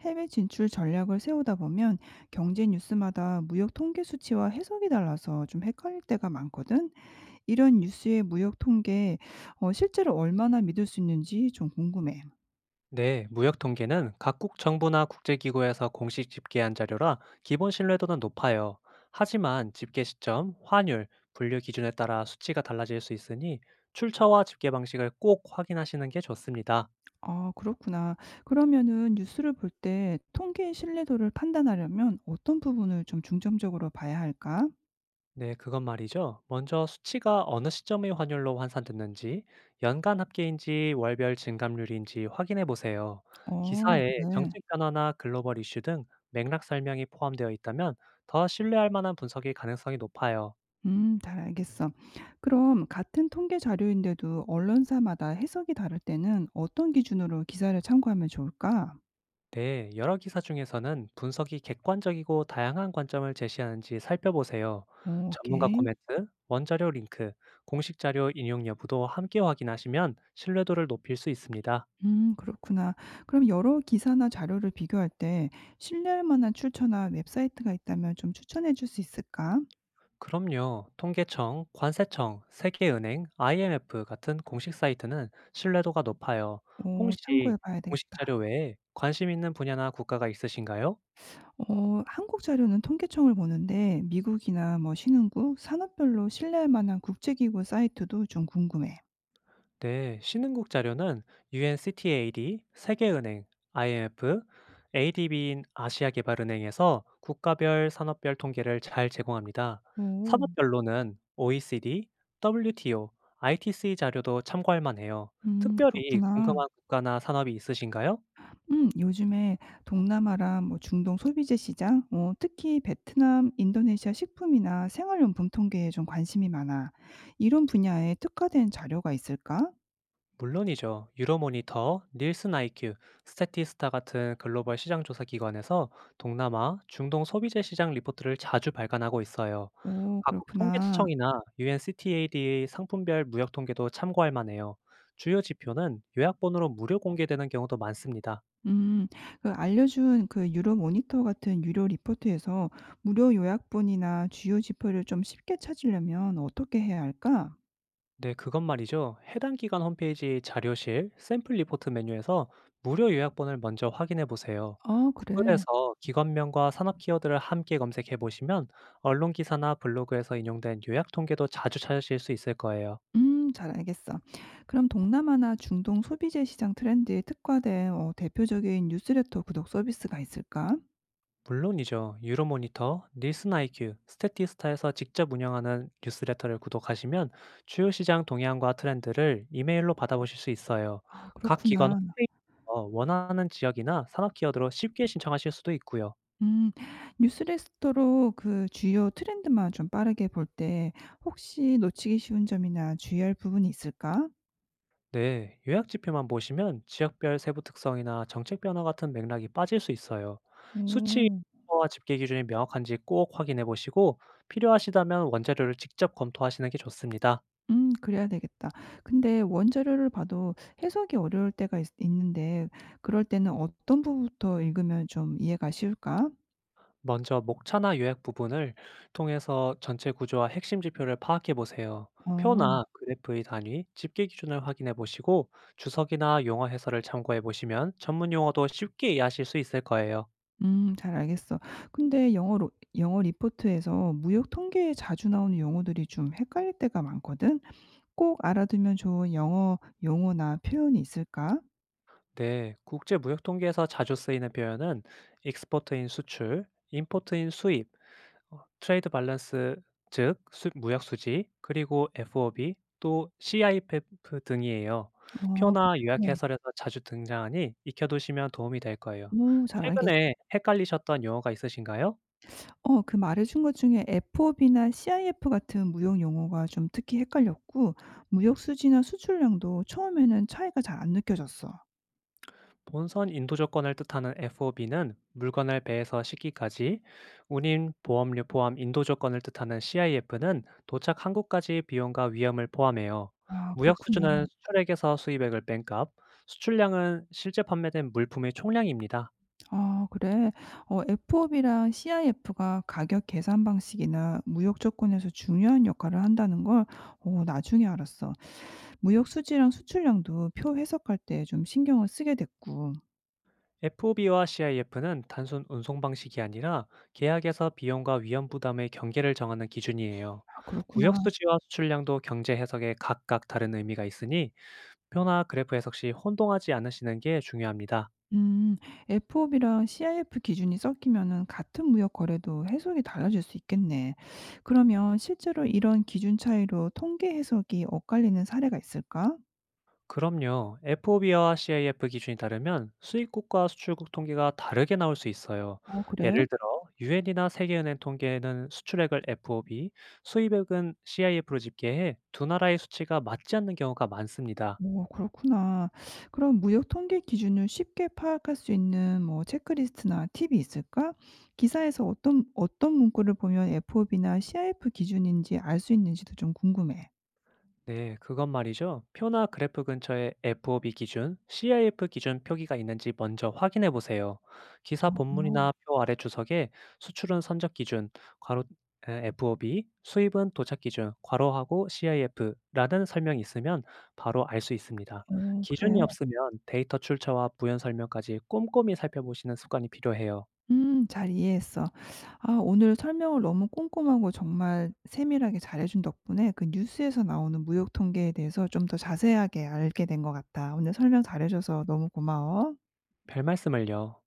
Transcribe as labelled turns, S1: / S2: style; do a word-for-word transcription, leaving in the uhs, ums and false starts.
S1: 해외 진출 전략을 세우다 보면 경제 뉴스마다 무역 통계 수치와 해석이 달라서 좀 헷갈릴 때가 많거든. 이런 뉴스의 무역 통계 어, 실제로 얼마나 믿을 수 있는지 좀 궁금해.
S2: 네, 무역 통계는 각국 정부나 국제기구에서 공식 집계한 자료라 기본 신뢰도는 높아요. 하지만 집계 시점, 환율, 분류 기준에 따라 수치가 달라질 수 있으니 출처와 집계 방식을 꼭 확인하시는 게 좋습니다.
S1: 아, 그렇구나. 그러면은 뉴스를 볼 때 통계의 신뢰도를 판단하려면 어떤 부분을 좀 중점적으로 봐야 할까?
S2: 네, 그건 말이죠. 먼저 수치가 어느 시점의 환율로 환산됐는지, 연간 합계인지 월별 증감률인지 확인해 보세요.
S1: 어,
S2: 기사에
S1: 그래.
S2: 정책 변화나 글로벌 이슈 등 맥락 설명이 포함되어 있다면 더 신뢰할 만한 분석일 가능성이 높아요.
S1: 음, 잘 알겠어. 그럼 같은 통계 자료인데도 언론사마다 해석이 다를 때는 어떤 기준으로 기사를 참고하면 좋을까?
S2: 네, 여러 기사 중에서는 분석이 객관적이고 다양한 관점을 제시하는지 살펴보세요.
S1: 어
S2: 전문가
S1: 오케이.
S2: 코멘트, 원자료 링크, 공식 자료 인용 여부도 함께 확인하시면 신뢰도를 높일 수 있습니다.
S1: 음 그렇구나. 그럼 여러 기사나 자료를 비교할 때 신뢰할 만한 출처나 웹사이트가 있다면 좀 추천해 줄 수 있을까?
S2: 그럼요. 통계청, 관세청, 세계은행, 아이엠에프 같은 공식 사이트는 신뢰도가 높아요.
S1: 오,
S2: 혹시
S1: 참고해 봐야
S2: 공식
S1: 되겠다.
S2: 자료 외에 관심 있는 분야나 국가가 있으신가요?
S1: 어 한국 자료는 통계청을 보는데 미국이나 뭐 신흥국, 산업별로 신뢰할 만한 국제기구 사이트도 좀 궁금해.
S2: 네, 신흥국 자료는 UNCTAD, 세계은행, 아이엠에프, 에이디비인 아시아개발은행에서 국가별 산업별 통계를 잘 제공합니다.
S1: 오.
S2: 산업별로는 오이씨디, 더블유티오, 아이티씨 자료도 참고할 만해요.
S1: 음
S2: 특별히
S1: 그렇구나.
S2: 궁금한 국가나 산업이 있으신가요?
S1: 음 요즘에 동남아랑 뭐 중동 소비재 시장, 어 특히 베트남, 인도네시아 식품이나 생활용품 통계에 좀 관심이 많아. 이런 분야에 특화된 자료가 있을까?
S2: 물론이죠. 유로모니터, 닐슨 아이큐, 스태티스타 같은 글로벌 시장 조사 기관에서 동남아, 중동 소비재 시장 리포트를 자주 발간하고 있어요.
S1: 오,
S2: 각국
S1: 그렇구나.
S2: 통계청이나 UNCTAD의 상품별 무역 통계도 참고할 만해요. 주요 지표는 요약본으로 무료 공개되는 경우도 많습니다.
S1: 음, 그 알려준 그 유로 모니터 같은 유료 리포트에서 무료 요약본이나 주요 지표를 좀 쉽게 찾으려면 어떻게 해야 할까?
S2: 네, 그건 말이죠. 해당 기관 홈페이지 자료실 샘플 리포트 메뉴에서 무료 요약본을 먼저 확인해 보세요.
S1: 아, 그래.
S2: 구글에서 기관명과 산업 키워드를 함께 검색해 보시면 언론 기사나 블로그에서 인용된 요약 통계도 자주 찾으실 수 있을 거예요.
S1: 음 잘 알겠어. 그럼 동남아나 중동 소비재 시장 트렌드에 특화된 어 대표적인 뉴스레터 구독 서비스가 있을까?
S2: 물론이죠. 유로모니터, 닐슨 아이큐, 스태티스타에서 직접 운영하는 뉴스레터를 구독하시면 주요 시장 동향과 트렌드를 이메일로 받아보실 수 있어요.
S1: 아,
S2: 각 기관
S1: 그렇구나.
S2: 홈페이지에서 원하는 지역이나 산업 키워드로 쉽게 신청하실 수도 있고요.
S1: 음 뉴스레터로 그 주요 트렌드만 좀 빠르게 볼 때 혹시 놓치기 쉬운 점이나 주의할 부분이 있을까?
S2: 네, 요약 지표만 보시면 지역별 세부 특성이나 정책 변화 같은 맥락이 빠질 수 있어요. 수치와
S1: 오.
S2: 집계 기준이 명확한지 꼭 확인해 보시고 필요하시다면 원자료를 직접 검토하시는 게 좋습니다.
S1: 음 그래야 되겠다. 근데 원자료를 봐도 해석이 어려울 때가 있는데 그럴 때는 어떤 부분부터 읽으면 좀 이해가 쉬울까?
S2: 먼저 목차나 요약 부분을 통해서 전체 구조와 핵심 지표를 파악해 보세요.
S1: 어.
S2: 표나 그래프의 단위, 집계 기준을 확인해 보시고 주석이나 용어 해설을 참고해 보시면 전문 용어도 쉽게 이해하실 수 있을 거예요.
S1: 음 잘 알겠어. 근데 영어로 영어 리포트에서 무역 통계에 자주 나오는 용어들이 좀 헷갈릴 때가 많거든. 꼭 알아두면 좋은 영어 용어나 표현이 있을까?
S2: 네, 국제 무역 통계에서 자주 쓰이는 표현은 익스포트인 수출, 임포트인 수입, 어, 트레이드 밸런스 즉 수- 무역 수지, 그리고 에프오비 또 씨아이에프 등이에요.
S1: 어,
S2: 표나
S1: 그래.
S2: 요약 해설에서 자주 등장하니 익혀두시면 도움이 될 거예요.
S1: 오, 잘 알겠어.
S2: 최근에 헷갈리셨던 용어가 있으신가요?
S1: 어 그 말해 준 것 중에 에프오비나 씨아이에프 같은 무역 용어가 좀 특히 헷갈렸고 무역 수지나 수출량도 처음에는 차이가 잘 안 느껴졌어.
S2: 본선 인도 조건을 뜻하는 에프오비는 물건을 배에서 싣기까지, 운임 보험료 포함 인도 조건을 뜻하는 씨아이에프는 도착 한국까지 비용과 위험을 포함해요.
S1: 아,
S2: 무역
S1: 그렇구나.
S2: 수준은 수출액에서 수입액을 뺀 값, 수출량은 실제 판매된 물품의 총량입니다.
S1: 아, 그래? 어 에프오비랑 씨아이에프가 가격 계산 방식이나 무역 조건에서 중요한 역할을 한다는 걸 어 나중에 알았어. 무역 수지랑 수출량도 표 해석할 때 좀 신경을 쓰게 됐고.
S2: 에프오비와 씨아이에프는 단순 운송 방식이 아니라 계약에서 비용과 위험 부담의 경계를 정하는 기준이에요.
S1: 아,
S2: 무역
S1: 그렇구나.
S2: 수지와 수출량도 경제 해석에 각각 다른 의미가 있으니 표나 그래프 해석시 혼동하지 않으시는 게 중요합니다.
S1: 음. 에프오비랑 씨아이에프 기준이 섞이면은 같은 무역 거래도 해석이 달라질 수 있겠네. 그러면 실제로 이런 기준 차이로 통계 해석이 엇갈리는 사례가 있을까?
S2: 그럼요. 에프오비와 c i f 기준이 다르면 수입국과 수출국 통계가 다르게 나올 수 있어요.
S1: 어, 그래?
S2: 예를 들어 유엔이나 세계은행 통계는 수출액을 에프오비, 수입액은 씨아이에프로 집계해 두 나라의 수치가 맞지 않는 경우가 많습니다.
S1: 오, 그렇구나. 그럼 무역 통계 기준을 쉽게 파악할 수 있는 뭐 체크리스트나 팁이 있을까? 기사에서 어떤 어떤 문구를 보면 에프오비나 씨아이에프 기준인지 알 수 있는지도 좀 궁금해.
S2: 네, 그건 말이죠. 표나 그래프 근처에 에프오비 기준, 씨아이에프 기준 표기가 있는지 먼저 확인해 보세요. 기사 본문이나
S1: 어.
S2: 표 아래 주석에 수출은 선적 기준, 괄호 에, 에프오비, 수입은 도착 기준, 괄호하고 씨아이에프라는 설명이 있으면 바로 알 수 있습니다.
S1: 어, 그래.
S2: 기준이 없으면 데이터 출처와 부연 설명까지 꼼꼼히 살펴보시는 습관이 필요해요.
S1: 음 잘 이해했어. 아, 오늘 설명을 너무 꼼꼼하고 정말 세밀하게 잘해 준 덕분에 그 뉴스에서 나오는 무역 통계에 대해서 좀 더 자세하게 알게 된 것 같아. 오늘 설명 잘해 줘서 너무 고마워.
S2: 별 말씀을요.